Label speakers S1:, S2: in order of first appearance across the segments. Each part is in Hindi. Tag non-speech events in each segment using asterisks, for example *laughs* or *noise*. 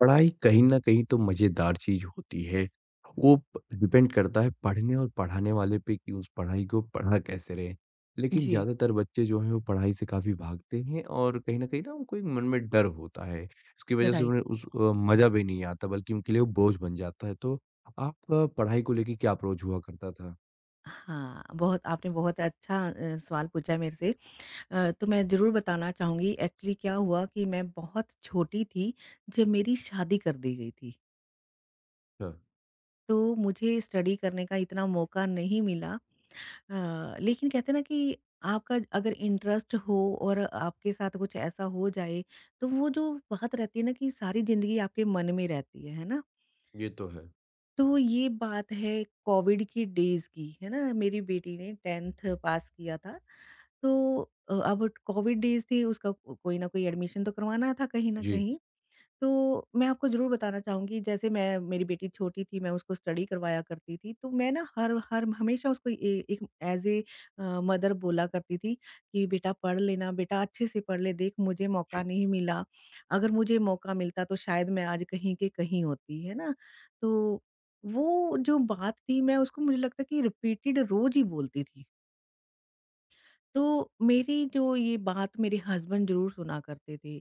S1: पढ़ाई कहीं न कहीं तो मज़ेदार चीज़ होती है। वो प डिपेंड करता है पढ़ने और पढ़ाने वाले पे कि उस पढ़ाई को पढ़ा कैसे रहे। लेकिन
S2: जी,
S1: ज़्यादातर बच्चे जो हैं वो पढ़ाई से काफ़ी भागते हैं और कहीं न कहीं ना उनको एक मन में डर होता है। उसकी वज़ह से
S2: राइट।
S1: उन्हें उस मज़ा भी नहीं आता बल्कि उनके लिए वो बोझ बन जाता है। तो आपका पढ़ाई को लेके क्या अप्रोच हुआ करता था?
S2: हाँ, बहुत आपने बहुत अच्छा सवाल पूछा है मेरे से। तो मैं ज़रूर बताना चाहूँगी एक्चुअली क्या हुआ कि मैं बहुत छोटी थी जब मेरी शादी कर दी गई थी।
S1: अच्छा,
S2: तो मुझे स्टडी करने का इतना मौका नहीं मिला। लेकिन कहते हैं ना कि आपका अगर इंटरेस्ट हो और आपके साथ कुछ ऐसा हो जाए, तो वो जो बात रहती है ना कि सारी ज़िंदगी आपके मन में रहती है ना?
S1: ये तो है।
S2: तो ये बात है कोविड की डेज़ की, है ना? मेरी बेटी ने 10th पास किया था। तो अब कोविड डेज़ थी उसका को कोई न कोई एडमिशन तो करवाना था कहीं न
S1: जी,
S2: कहीं। तो मैं आपको ज़रूर बताना चाहूँगी जैसे मैं मेरी बेटी छोटी थी मैं उसको स्टडी करवाया करती थी। तो मैं ना हर हर हमेशा उसको ए एक एज़ ए मदर बोला करती थी कि बेटा पढ़ लेना, बेटा अच्छे से पढ़ ले देख मुझे मौका
S1: जी।
S2: नहीं मिला। अगर मुझे मौका मिलता तो शायद मैं आज कहीं के कहीं होती, है ना? तो वो जो बात थी मैं उसको मुझे लगता है कि रिपीटेड रोज़ ही बोलती थी। तो मेरी जो ये बात मेरे हस्बैंड ज़रूर सुना करते थे।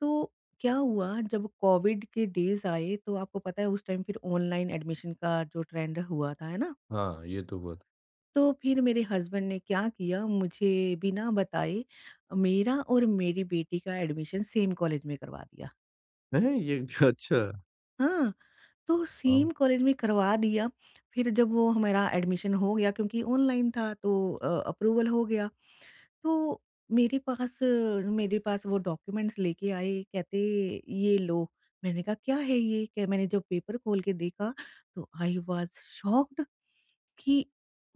S2: तो क्या हुआ जब कोविड के डेज़ आए तो आपको पता है उस टाइम फिर ऑनलाइन एडमिशन का जो ट्रेंड हुआ था, है ना?
S1: हाँ, ये तो हुआ था।
S2: तो फिर मेरे हस्बैंड ने क्या किया मुझे बिना बताए मेरा और मेरी बेटी का एडमिशन सेम कॉलेज में करवा दिया।
S1: हैं? ये *laughs* अच्छा।
S2: हाँ, तो
S1: वाओ!
S2: सेम कॉलेज में करवा दिया। फिर जब वो हमारा एडमिशन हो गया क्योंकि ऑनलाइन था तो अप्रूवल हो गया। तो मेरे पास मेरे पास वो डॉक्यूमेंट्स लेके आए कहते ये लो। मैंने कहा क्या है ये? क्या मैंने जब पेपर खोल के देखा तो आई वाज़ शॉक्ड कि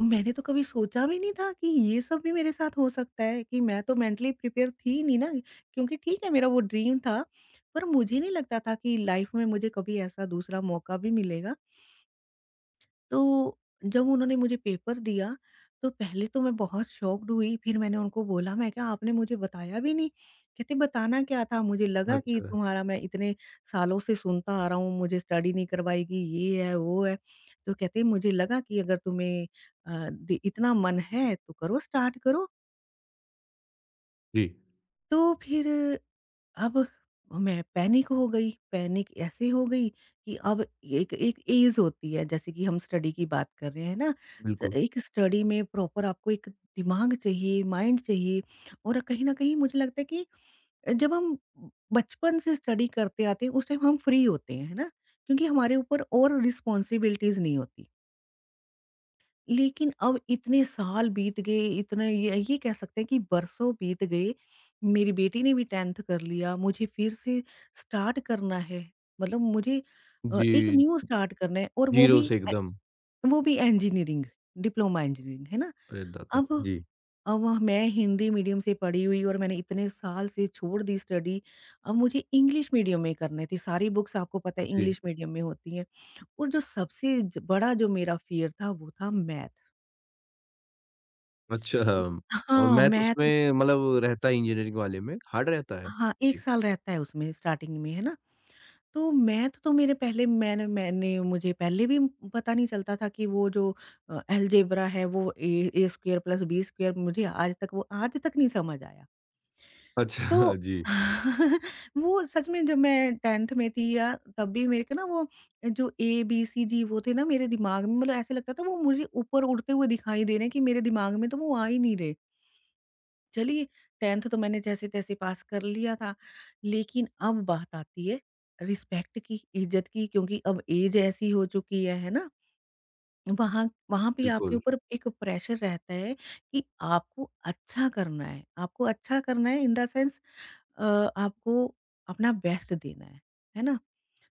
S2: मैंने तो कभी सोचा भी नहीं था कि ये सब भी मेरे साथ हो सकता है कि मैं तो मेंटली प्रिपेयर थी ही नहीं ना। क्योंकि ठीक है मेरा वो ड्रीम था पर मुझे नहीं लगता था कि लाइफ़ में मुझे कभी ऐसा दूसरा मौका भी मिलेगा। तो जब उन्होंने मुझे पेपर दिया, तो पहले तो मैं बहुत शॉक्ड हुई, फिर मैंने उनको बोला, मैं कहा, "आपने मुझे बताया भी नहीं?" कहते, "बताना क्या था? मुझे लगा कि
S1: अच्छा।
S2: तुम्हारा मैं इतने सालों से सुनता आ रहा हूँ, मुझे स्टडी नहीं करवाएगी, ये है, वो है।" तो कहते, "मुझे लगा कि अगर तुम्हें अ, दि इतना मन है, तो करो, स्टार्ट करो।"
S1: जी,
S2: तो फिर अब मैं पैनिक हो गई, पैनिक ऐसे हो गई कि अब एक एक ऐज होती है जैसे कि हम स्टडी की बात कर रहे हैं ना, स
S1: बिल्कुल।
S2: एक स्टडी में प्रॉपर आपको एक दिमाग चाहिए, माइंड चाहिए और कहीं न कहीं मुझे लगता है कि जब हम बचपन से स्टडी करते आते हैं उस टाइम हम फ्री होते हैं, है ना? क्योंकि हमारे ऊपर और रिस्पॉन्सिबिलिटीज़ नहीं होती। लेकिन अब इतने साल बीत गए, इतने ये कह सकते हैं कि बरसों बीत गए। मेरी बेटी ने भी 10th कर लिया, मुझे फिर से स्टार्ट करना है। मतलब मुझे एक
S1: जी,
S2: न्यू स्टार्ट करना है और वो
S1: 0
S2: भी
S1: से एकदम।
S2: वो भी इंजीनियरिंग, डिप्लोमा इंजीनियरिंग, है ना?
S1: अरे दादा!
S2: अब
S1: जी,
S2: मैं हिंदी मीडियम से पढ़ी हुई और मैंने इतने साल से छोड़ दी स्टडी। अब मुझे इंग्लिश मीडियम में करने थी, सारी बुक्स आपको पता है
S1: जी।
S2: इंग्लिश मीडियम में होती हैं और जो सबसे ज बड़ा जो मेरा फ़ियर था वो था मैथ।
S1: अच्छा। हाँ, और
S2: हाँ,
S1: मैथ
S2: मैथ।
S1: उसमें मतलब रहता है इंजीनियरिंग वाले में, हार्ड रहता है?
S2: हाँ, 1
S1: जी।
S2: साल रहता है उसमें स्टार्टिंग में, है ना? तो मैथ तो मेरे पहले मैंने मैंने मुझे पहले भी पता नहीं चलता था कि वो जो अलजेब्रा है वो A A square plus B square मुझे आज तक नहीं समझ आया।
S1: अच्छा
S2: तो
S1: *laughs* जी,
S2: *laughs* वो सच में जब मैं 10th में थी या तब भी मेरे को ना वो जो ए, बी, सी, जी वो थे ना मेरे दिमाग में मतलब ऐसे लगता था वो मुझे ऊपर उड़ते हुए दिखाई दे रहे हैं कि मेरे दिमाग में तो वो आ ही नहीं रहे। चलिए 10th तो मैंने जैसे-तैसे पास कर लिया था, लेकिन अब बात आती है रिस्पेक्ट की, इज़्ज़त की क्योंकि अब ऐज ऐसी हो चुकी है ना? वहाँ वहाँ पे आपके
S1: बिल्कुल।
S2: ऊपर एक प्रेशर रहता है कि आपको अच्छा करना है, आपको अच्छा करना है इन द सेंस अ, आपको अपना बेस्ट देना है ना?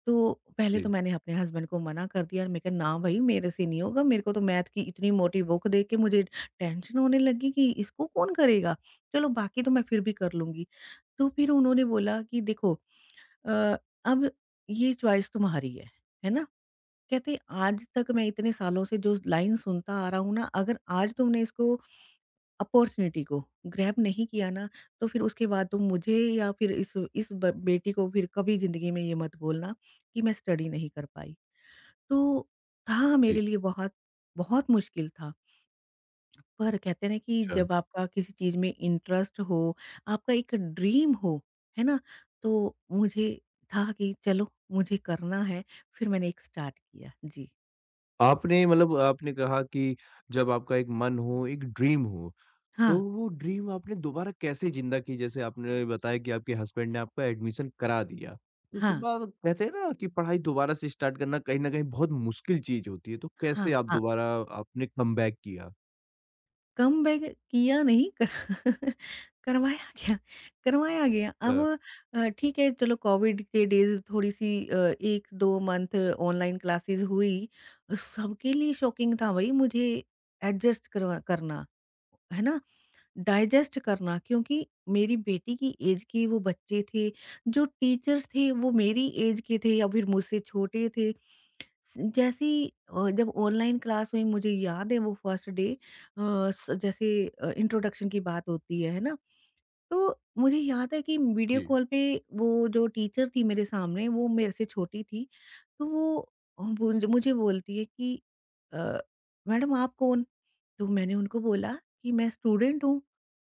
S2: तो पहले तो
S1: जी,
S2: मैंने अपने हस्बैंड को मना कर दिया और मैं कहा ना भाई मेरे से नहीं होगा मेरे को तो मैथ की इतनी मोटी बुक देख के मुझे टेंशन होने लगी कि इसको कौन करेगा। चलो बाकी तो मैं फिर भी कर लूंगी। तो फिर उन्होंने बोला कि देखो अ, अब ये चॉइस तुम्हारी है ना? कहते आज तक मैं इतने सालों से जो लाइन सुनता आ रहा हूँ ना अगर आज तुमने इसको अपॉर्च्युनिटी को ग्रैब नहीं किया ना, तो फिर उसके बाद तो मुझे या फिर इस ब बेटी को फिर कभी ज़िंदगी में ये मत बोलना कि मैं स्टडी नहीं कर पाई। तो था
S1: जी।
S2: मेरे लिए बहुत, बहुत मुश्किल था। पर कहते हैं ना कि
S1: अच्छा।
S2: जब आपका किसी चीज़ में इंटरेस्ट हो, आपका एक ड्रीम हो, है ना? तो मुझे था कि चलो मुझे करना है, फिर मैंने एक स्टार्ट किया। जी।
S1: आपने मतलब आपने कहा कि जब आपका एक मन हो, एक ड्रीम हो, तो
S2: हाँ,
S1: वो ड्रीम आपने दोबारा कैसे ज़िंदा की? जैसे आपने बताया कि आपके हस्बैंड ने आपका एडमिशन करा दिया। तो उसके
S2: हाँ,
S1: बाद कहते हैं ना कि पढ़ाई दोबारा से स्टार्ट करना कहीं न कहीं बहुत मुश्किल चीज़ होती है, तो कैसे
S2: हाँ,
S1: आप
S2: हाँ।
S1: दोबारा आपने कमबैक किया?
S2: कमबैक किया नहीं कर *laughs* करवाया गया। करवाया गया। अब
S1: अ,
S2: ठीक है चलो कोविड के डेज़ थोड़ी-सी 1-2 मंथ ऑनलाइन क्लासेज़ हुई। सबके लिए शॉकिंग था भई मुझे एडजस्ट करवा करना, है ना? डाइजेस्ट करना क्योंकि मेरी बेटी की एज के वो बच्चे थे, जो टीचर्स थे वो मेरी एज के थे या फिर मुझसे छोटे थे। स जैसे ही जब ऑनलाइन क्लास हुई मुझे याद है वो फर्स्ट डे अ, स जैसे इंट्रोडक्शन की बात होती है ना? तो मुझे याद है कि वीडियो
S1: जी।
S2: कॉल पे वो जो टीचर थी मेरे सामने वो मेरे से छोटी थी। तो वो मुझे बोलती है कि अ, "मैडम आप कौन?" तो मैंने उनको बोला कि मैं स्टूडेंट हूँ।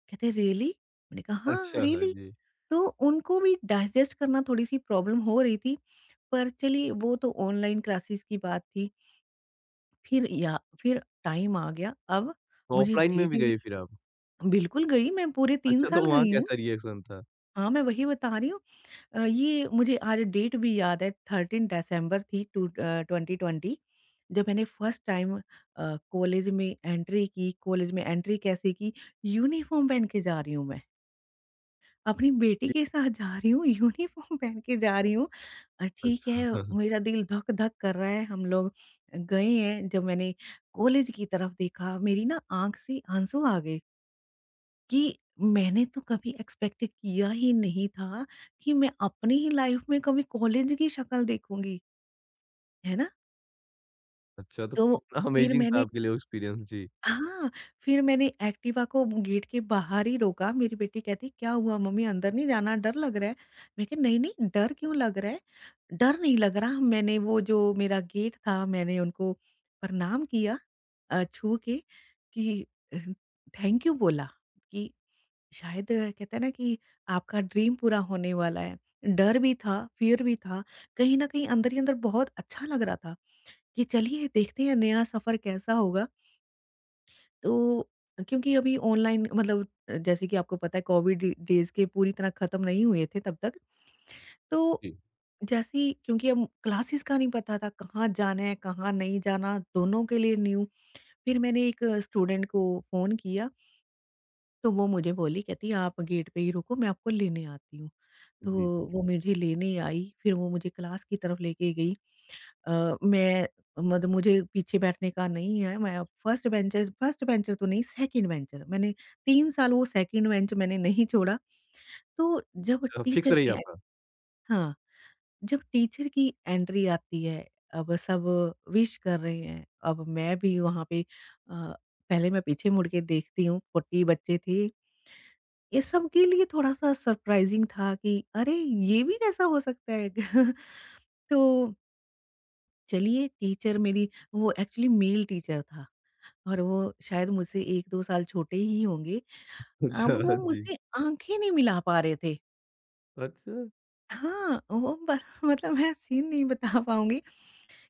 S2: कहते "रियली?" मैंने कहा "हाँ,
S1: अच्छा, हाँ
S2: रियली।"
S1: जी।
S2: तो उनको भी डाइजेस्ट करना थोड़ी-सी प्रॉब्लम हो रही थी, पर चलिए वो तो ऑनलाइन क्लासेस की बात थी। फिर या फिर टाइम आ गया, अब मुझे
S1: ऑफ़लाइन में
S2: डेट
S1: भी
S2: भी
S1: गए फिर आप?
S2: बिल्कुल गई, मैं पूरे 3
S1: अच्छा तो
S2: साल
S1: वहाँ
S2: गई हूँ।
S1: कैसा रिएक्शन था?
S2: हाँ, मैं वही बता रही हूँ। ये मुझे आज डेट भी याद है 13 दिसंबर थी 2020 जब मैंने फर्स्ट टाइम कॉलेज में एंट्री की, कॉलेज में एंट्री कैसे की? यूनिफ़ॉर्म पहन के जा रही हूँ मैं। अपनी बेटी
S1: जी।
S2: के साथ जा रही हूँ, यूनिफ़ॉर्म पहन के जा रही हूँ। ठीक
S1: अच्छा
S2: है,
S1: *laughs*
S2: मेरा दिल धक-धक कर रहा है, हम लोग गए हैं, जब मैंने कॉलेज की तरफ देखा, मेरी ना आँख से आंसू आ गए कि मैंने तो कभी एक्सपेक्ट किया ही नहीं था कि मैं अपनी ही लाइफ़ में कभी कॉलेज की शक्ल देखूँगी, है ना?
S1: अच्छा तो
S2: तो
S1: कितना
S2: फिर
S1: अमेज़िंग था
S2: मैंने
S1: आपके लिए एक्सपीरियंस जी।
S2: हाँ, फिर मैंने एक्टिवा को गेट के बाहर ही रोका, मेरी बेटी कहती क्या हुआ मम्मी अंदर नहीं जाना, डर लग रहा है। मैं कहा नहीं-नहीं डर क्यों लग रहा है? डर नहीं लग रहा, मैंने वो जो मेरा गेट था मैंने उनको प्रणाम किया छू के कि अ, थैंक यू बोला कि शायद कहते हैं ना कि आपका ड्रीम पूरा होने वाला है। डर भी था, फ़ियर भी था, कहीं न कहीं अंदर ही अंदर बहुत अच्छा लग रहा था कि चलिए देखते हैं नया सफ़र कैसा होगा। तो क्योंकि अभी ऑनलाइन मतलब जैसे कि आपको पता है कोविड डेज़ के पूरी तरह ख़त्म नहीं हुए थे तब तक। तो
S1: जी,
S2: जैसे ही क्योंकि अब क्लासेस का नहीं पता था कहाँ जाना है, कहाँ नहीं जाना, दोनों के लिए न्यू। फिर मैंने एक स्टूडेंट को फ़ोन किया, तो वो मुझे बोली कहती आप गेट पे ही रुको मैं आपको लेने आती हूँ। तो
S1: जी।
S2: वो मुझे लेने आई, फिर वो मुझे क्लास की तरफ लेके गई। अ, मैं मतलब मुझे पीछे बैठने का नहीं है, मैं अब फर्स्ट बेंचर तो नहीं सेकंड बेंचर मैंने 3 साल वो सेकंड बेंच मैंने नहीं छोड़ा। तो जब
S1: अच्छा फिक्स
S2: टीचर
S1: रही
S2: की ए
S1: आपका?
S2: हाँ, जब टीचर की एंट्री आती है, अब सब विश कर रहे हैं, अब मैं भी वहाँ पे पहले मैं पीछे मुड़ के देखती हूँ, 40 बच्चे थे। ये सबके लिए थोड़ा-सा सरप्राइज़िंग था कि अरे! ये भी कैसा हो सकता है? *laughs* तो चलिए टीचर मेरी वो एक्चुअली मेल टीचर था और वो शायद मुझसे 1-2 साल छोटे ही होंगे।
S1: *laughs* अच्छा
S2: अब वो
S1: जी।
S2: मुझसे आँखें नहीं मिला पा रहे थे।
S1: अच्छा।
S2: हाँ, वो बस *laughs* मतलब मैं सीन नहीं बता पाऊँगी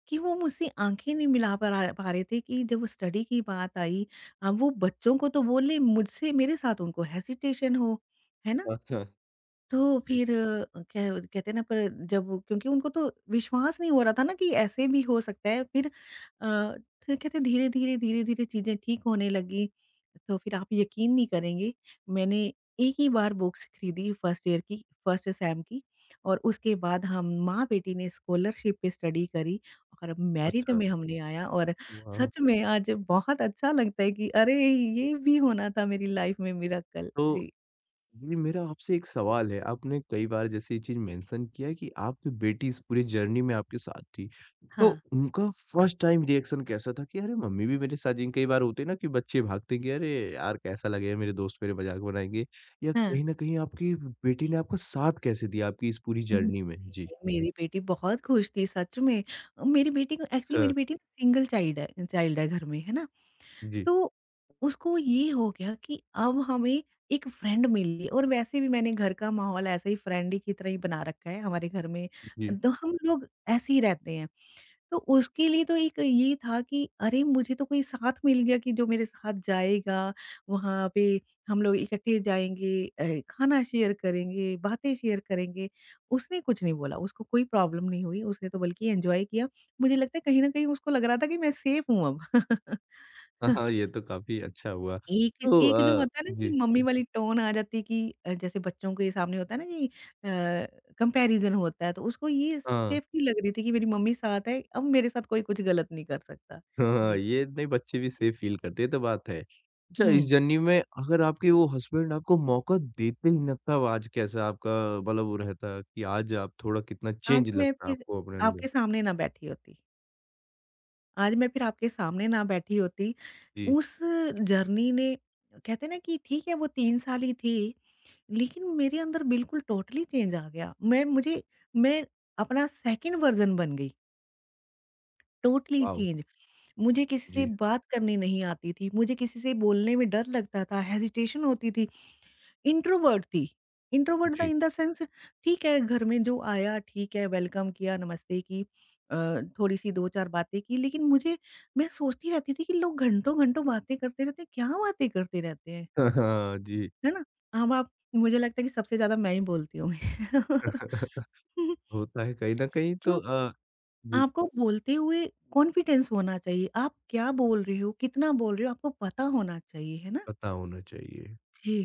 S2: कि वो मुझसे आँखें नहीं मिला परा पा रहे थे कि जब स्टडी की बात आई, अब वो बच्चों को तो बोले मुझसे मेरे साथ उनको हेसिटेशन हो, है ना?
S1: अच्छा।
S2: तो
S1: जी,
S2: फिर क्या कहते हैं ना। पर क्योंकि उनको तो विश्वास नहीं हो रहा था ना कि ऐसे भी हो सकता है। फिर तो कहते धीरे धीरे धीरे धीरे चीज़ें ठीक होने लगी। तो फिर आप यकीन नहीं करेंगे, मैंने एक ही बार बुक्स खरीदी, फर्स्ट ईयर की फर्स्ट सेम की। और उसके बाद हम माँ बेटी ने स्कॉलरशिप पे स्टडी करी और मेरिट
S1: अच्छा,
S2: में हम ले आया। और
S1: वाह!
S2: सच में आज बहुत अच्छा लगता है कि अरे ये भी होना था मेरी लाइफ में, मिराकल।
S1: तो
S2: जी।
S1: जी, मेरा आपसे एक सवाल है। आपने कई बार जैसे ये चीज़ मेंशन किया है कि आपकी बेटी इस पूरी जर्नी में आपके साथ थी। तो
S2: हाँ।
S1: उनका फर्स्ट टाइम रिएक्शन कैसा था कि अरे मम्मी भी मेरे साथ जिन कई बार होते हैं ना कि बच्चे भागते हैं कि अरे यार कैसा लगेगा मेरे दोस्त मेरे मज़ाक बनाएँगे या
S2: हाँ,
S1: कहीं न कहीं आपकी बेटी ने आपका साथ कैसे दिया आपकी इस पूरी
S2: नहीं,
S1: जर्नी में? जी।
S2: नहीं, मेरी बेटी बहुत खुश थी सच में। मेरी बेटी को एक्चुअली
S1: अच्छा।
S2: मेरी बेटी सिंगल चाइल्ड है घर में, है ना?
S1: जी,
S2: तो उसको ये हो गया कि अब हमें एक फ्रेंड मिली। और वैसे भी मैंने घर का माहौल ऐसे ही फ्रेंड ही की तरह ही बना रखा है हमारे घर में।
S1: जी।
S2: तो हम लोग ऐसे ही रहते हैं। तो उसके लिए तो एक ये था कि अरे! मुझे तो कोई साथ मिल गया कि जो मेरे साथ जाएगा, वहाँ पे हम लोग इकट्ठे जाएँगे, खाना शेयर करेंगे, बातें शेयर करेंगे। उसने कुछ नहीं बोला, उसको कोई प्रॉब्लम नहीं हुई, उसने तो बल्कि एन्जॉय किया। मुझे लगता है कहीं न कहीं उसको लग रहा था कि मैं सेफ हूँ अब।
S1: हाँ,
S2: *laughs*
S1: हाँ, ये तो काफ़ी अच्छा हुआ।
S2: एक
S1: तो
S2: एक जो होता है ना कि
S1: जी।
S2: मम्मी वाली टोन आ जाती है कि जैसे बच्चों के सामने होता है ना कि कंपैरिज़न होता है, तो उसको ये
S1: हाँ।
S2: सेफ्टी लग रही थी कि मेरी मम्मी साथ है, अब मेरे साथ कोई कुछ गलत नहीं कर सकता।
S1: हाँ,
S2: जी।
S1: ये नहीं बच्चे भी सेफ फ़ील करते हैं, ये तो बात है। अच्छा इस
S2: हुँ,
S1: जर्नी में अगर आपके वो हस्बैंड आपको मौका देते ही ना तब आज कैसा आपका मतलब वो रहता कि आज आप थोड़ा कितना चेंज
S2: आज मैं
S1: लगता
S2: फिर
S1: आपको अपने अंदर?
S2: आपके सामने ना बैठी होती, आज मैं फिर आपके सामने ना बैठी होती।
S1: जी,
S2: उस जर्नी ने, कहते हैं ना कि ठीक है वो 3 साल ही थी, लेकिन मेरे अंदर बिल्कुल टोटली चेंज आ गया। मैं अपना सेकंड वर्ज़न बन गई। Totally
S1: wow!
S2: चेंज। मुझे किसी से
S1: जी,
S2: बात करनी नहीं आती थी, मुझे किसी से बोलने में डर लगता था, हेजिटेशन होती थी। इंट्रोवर्ट था
S1: जी।
S2: इन द सेंस ठीक है, घर में जो आया ठीक है, वेलकम किया, नमस्ते की, अ, थोड़ी-सी 2-4 बातें की। लेकिन मुझे, मैं सोचती रहती थी कि लोग घंटों-घंटों बातें करते रहते हैं, क्या बातें करते रहते हैं,
S1: *laughs* हाँ जी।
S2: है ना? माँ-बाप, मुझे लगता है कि सबसे ज़्यादा मैं ही बोलती होंगी।
S1: *laughs*
S2: *laughs*
S1: होता है कहीं न कहीं तो जी,
S2: आपको बोलते हुए कॉन्फिडेंस होना चाहिए। आप क्या बोल रहे हो, कितना बोल रहे हो आपको पता होना चाहिए, है ना?
S1: पता होना चाहिए।
S2: जी।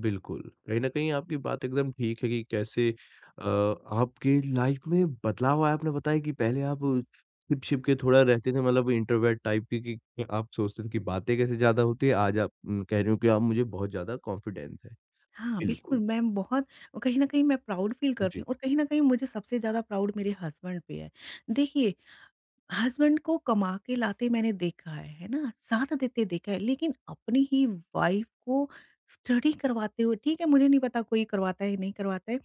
S1: बिल्कुल, कहीं न कहीं आपकी बात एकदम ठीक है कि कैसे आपकी लाइफ में बदलाव आया। आपने बताया कि पहले आप छिप-छिप के थोड़ा रहते थे मतलब इंट्रोवर्ट टाइप की कि आप सोचते थे कि बातें कैसे ज़्यादा होती है, आज आप कह रहे हो कि आप मुझे बहुत ज़्यादा कॉन्फिडेंस है।
S2: हाँ,
S1: बिल्कुल,
S2: बिल्कुल मैम, बहुत कहीं न कहीं मैं प्राउड फील करती
S1: जी,
S2: हूँ और कहीं न कहीं मुझे सबसे ज़्यादा प्राउड मेरे हस्बैंड पे है। देखिए, हस्बैंड को कमा के लाते मैंने देखा है ना? साथ देते देखा है, लेकिन अपनी ही वाइफ़ को स्टडी करवाते हुए, ठीक है, मुझे नहीं पता कोई करवाता है, नहीं करवाता है,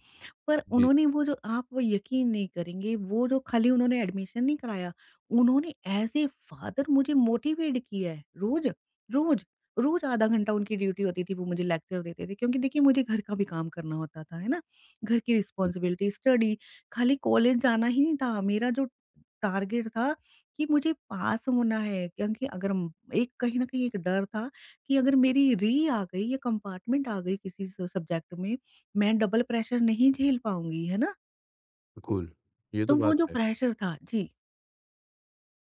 S2: पर
S1: जी,
S2: उन्होंने वो जो, आप वो यकीन नहीं करेंगे, वो जो खाली उन्होंने एडमिशन नहीं कराया, उन्होंने ऐज़ ए फ़ादर मुझे मोटिवेट किया है, रोज़, रोज़, रोज़ आधा घंटा उनकी ड्यूटी होती थी, वो मुझे लेक्चर देते थे। क्योंकि देखिए मुझे घर का भी काम करना होता था, है ना? घर की रिस्पॉन्सिबिलिटी, स्टडी, खाली कॉलेज जाना ही नहीं था। मेरा जो टारगेट था कि मुझे पास होना है, क्योंकि अगर म एक कहीं न कहीं एक डर था कि अगर मेरी री आ गई या कंपार्टमेंट आ गई किसी स सब्जेक्ट में, मैं डबल प्रेशर नहीं झेल पाऊँगी, है ना?
S1: बिल्कुल, ये तो
S2: तो वो
S1: बात
S2: जो
S1: है।
S2: प्रेशर था जी,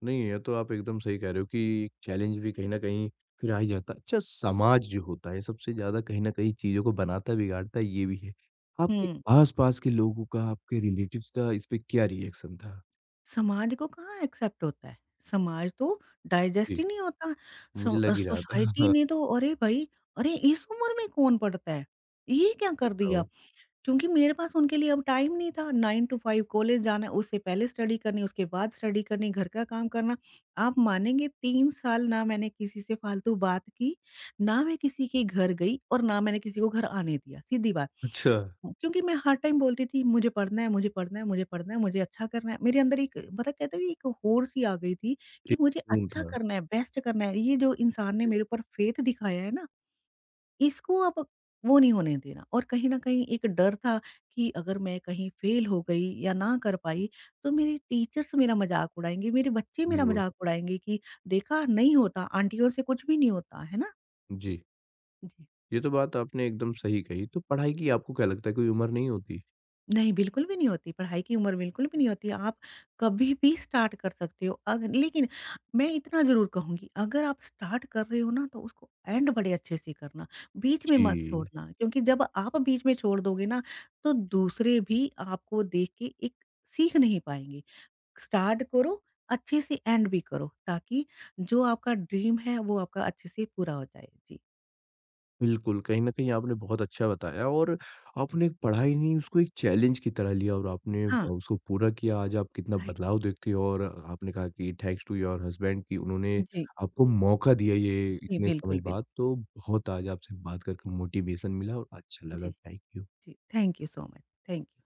S1: नहीं, ये तो आप एकदम सही कह रहे हो कि चैलेंज भी कहीं न कहीं फिर आ ही जाता है। अच्छा समाज जो होता है सबसे ज़्यादा कहीं न कहीं चीज़ों को बनाता बिगाड़ता ये भी है। आपके
S2: हुँ,
S1: आस-पास के लोगों का, आपके रिलेटिव्स का इस पे क्या रिएक्शन था?
S2: समाज को कहाँ एक्सेप्ट होता है? समाज तो डाइजेस्ट
S1: जी,
S2: ही नहीं होता। सो
S1: मुझे लग ही रहा
S2: सोसाइटी
S1: था। *laughs*
S2: ने तो अरे भाई, अरे इस उम्र में कौन पढ़ता है? ये क्या कर दिया,
S1: बताओ।
S2: क्योंकि मेरे पास उनके लिए अब टाइम नहीं था। 9 टू 5 कॉलेज जाना, उससे पहले स्टडी करनी, उसके बाद स्टडी करनी, घर का काम करना। आप मानेंगे 3 साल ना मैंने किसी से फालतू बात की, ना मैं किसी के घर गई और ना मैंने किसी को घर आने दिया, सीधी बात।
S1: अच्छा,
S2: क्योंकि मैं हर टाइम बोलती थी, मुझे पढ़ना है, मुझे पढ़ना है, मुझे पढ़ना है, मुझे अच्छा करना है। मेरे अंदर एक, मतलब कहते हैं कि एक होड़-सी आ गई थी कि
S1: एक
S2: मुझे
S1: ख़ून
S2: अच्छा
S1: था।
S2: करना है, बेस्ट करना है। ये जो इंसान ने
S1: जी,
S2: मेरे ऊपर फेथ दिखाया है ना, इसको अब वो नहीं होने देना। और कहीं न कहीं एक डर था कि अगर मैं कहीं फ़ेल हो गई या ना कर पाई, तो मेरे टीचर्स मेरा मज़ाक उड़ाएँगे, मेरे बच्चे मेरा
S1: बिल्कुल।
S2: मज़ाक उड़ाएँगे कि देखा, नहीं होता, आंटियों से कुछ भी नहीं होता। है ना?
S1: जी,
S2: जी।
S1: ये तो बात आपने एकदम सही कही। तो पढ़ाई की आपको क्या लगता है कोई उम्र नहीं होती?
S2: नहीं, बिल्कुल भी नहीं होती, पढ़ाई की उम्र बिल्कुल भी नहीं होती। आप कभी भी स्टार्ट कर सकते हो। अग लेकिन मैं इतना ज़रूर कहूँगी, अगर आप स्टार्ट कर रहे हो ना, तो उसको एंड बड़े अच्छे से करना, बीच में मत
S1: जी।
S2: छोड़ना। क्योंकि जब आप बीच में छोड़ दोगे ना, तो दूसरे भी आपको देख के एक सीख नहीं पाएँगे। स्टार्ट करो, अच्छे से एंड भी करो, ताकि जो आपका ड्रीम है, वो आपका अच्छे से पूरा हो जाए। जी।
S1: बिल्कुल, कहीं न कहीं आपने बहुत अच्छा बताया और आपने एक पढ़ाई नहीं उसको एक चैलेंज की तरह लिया और आपने
S2: हाँ,
S1: उसको पूरा किया। आज आप कितना
S2: राइट।
S1: बदलाव देखते हो और आपने कहा कि थैंक्स टू योर हस्बैंड कि उन्होंने
S2: जी,
S1: आपको मौका दिया ये
S2: जी,
S1: इतने समय
S2: बिल्कुल, बिल्कुल।
S1: बाद। तो बहुत आज आपसे बात करके मोटिवेशन मिला और अच्छा लगा।
S2: जी,
S1: थैंक यू।
S2: जी, thank you so much. Thank you.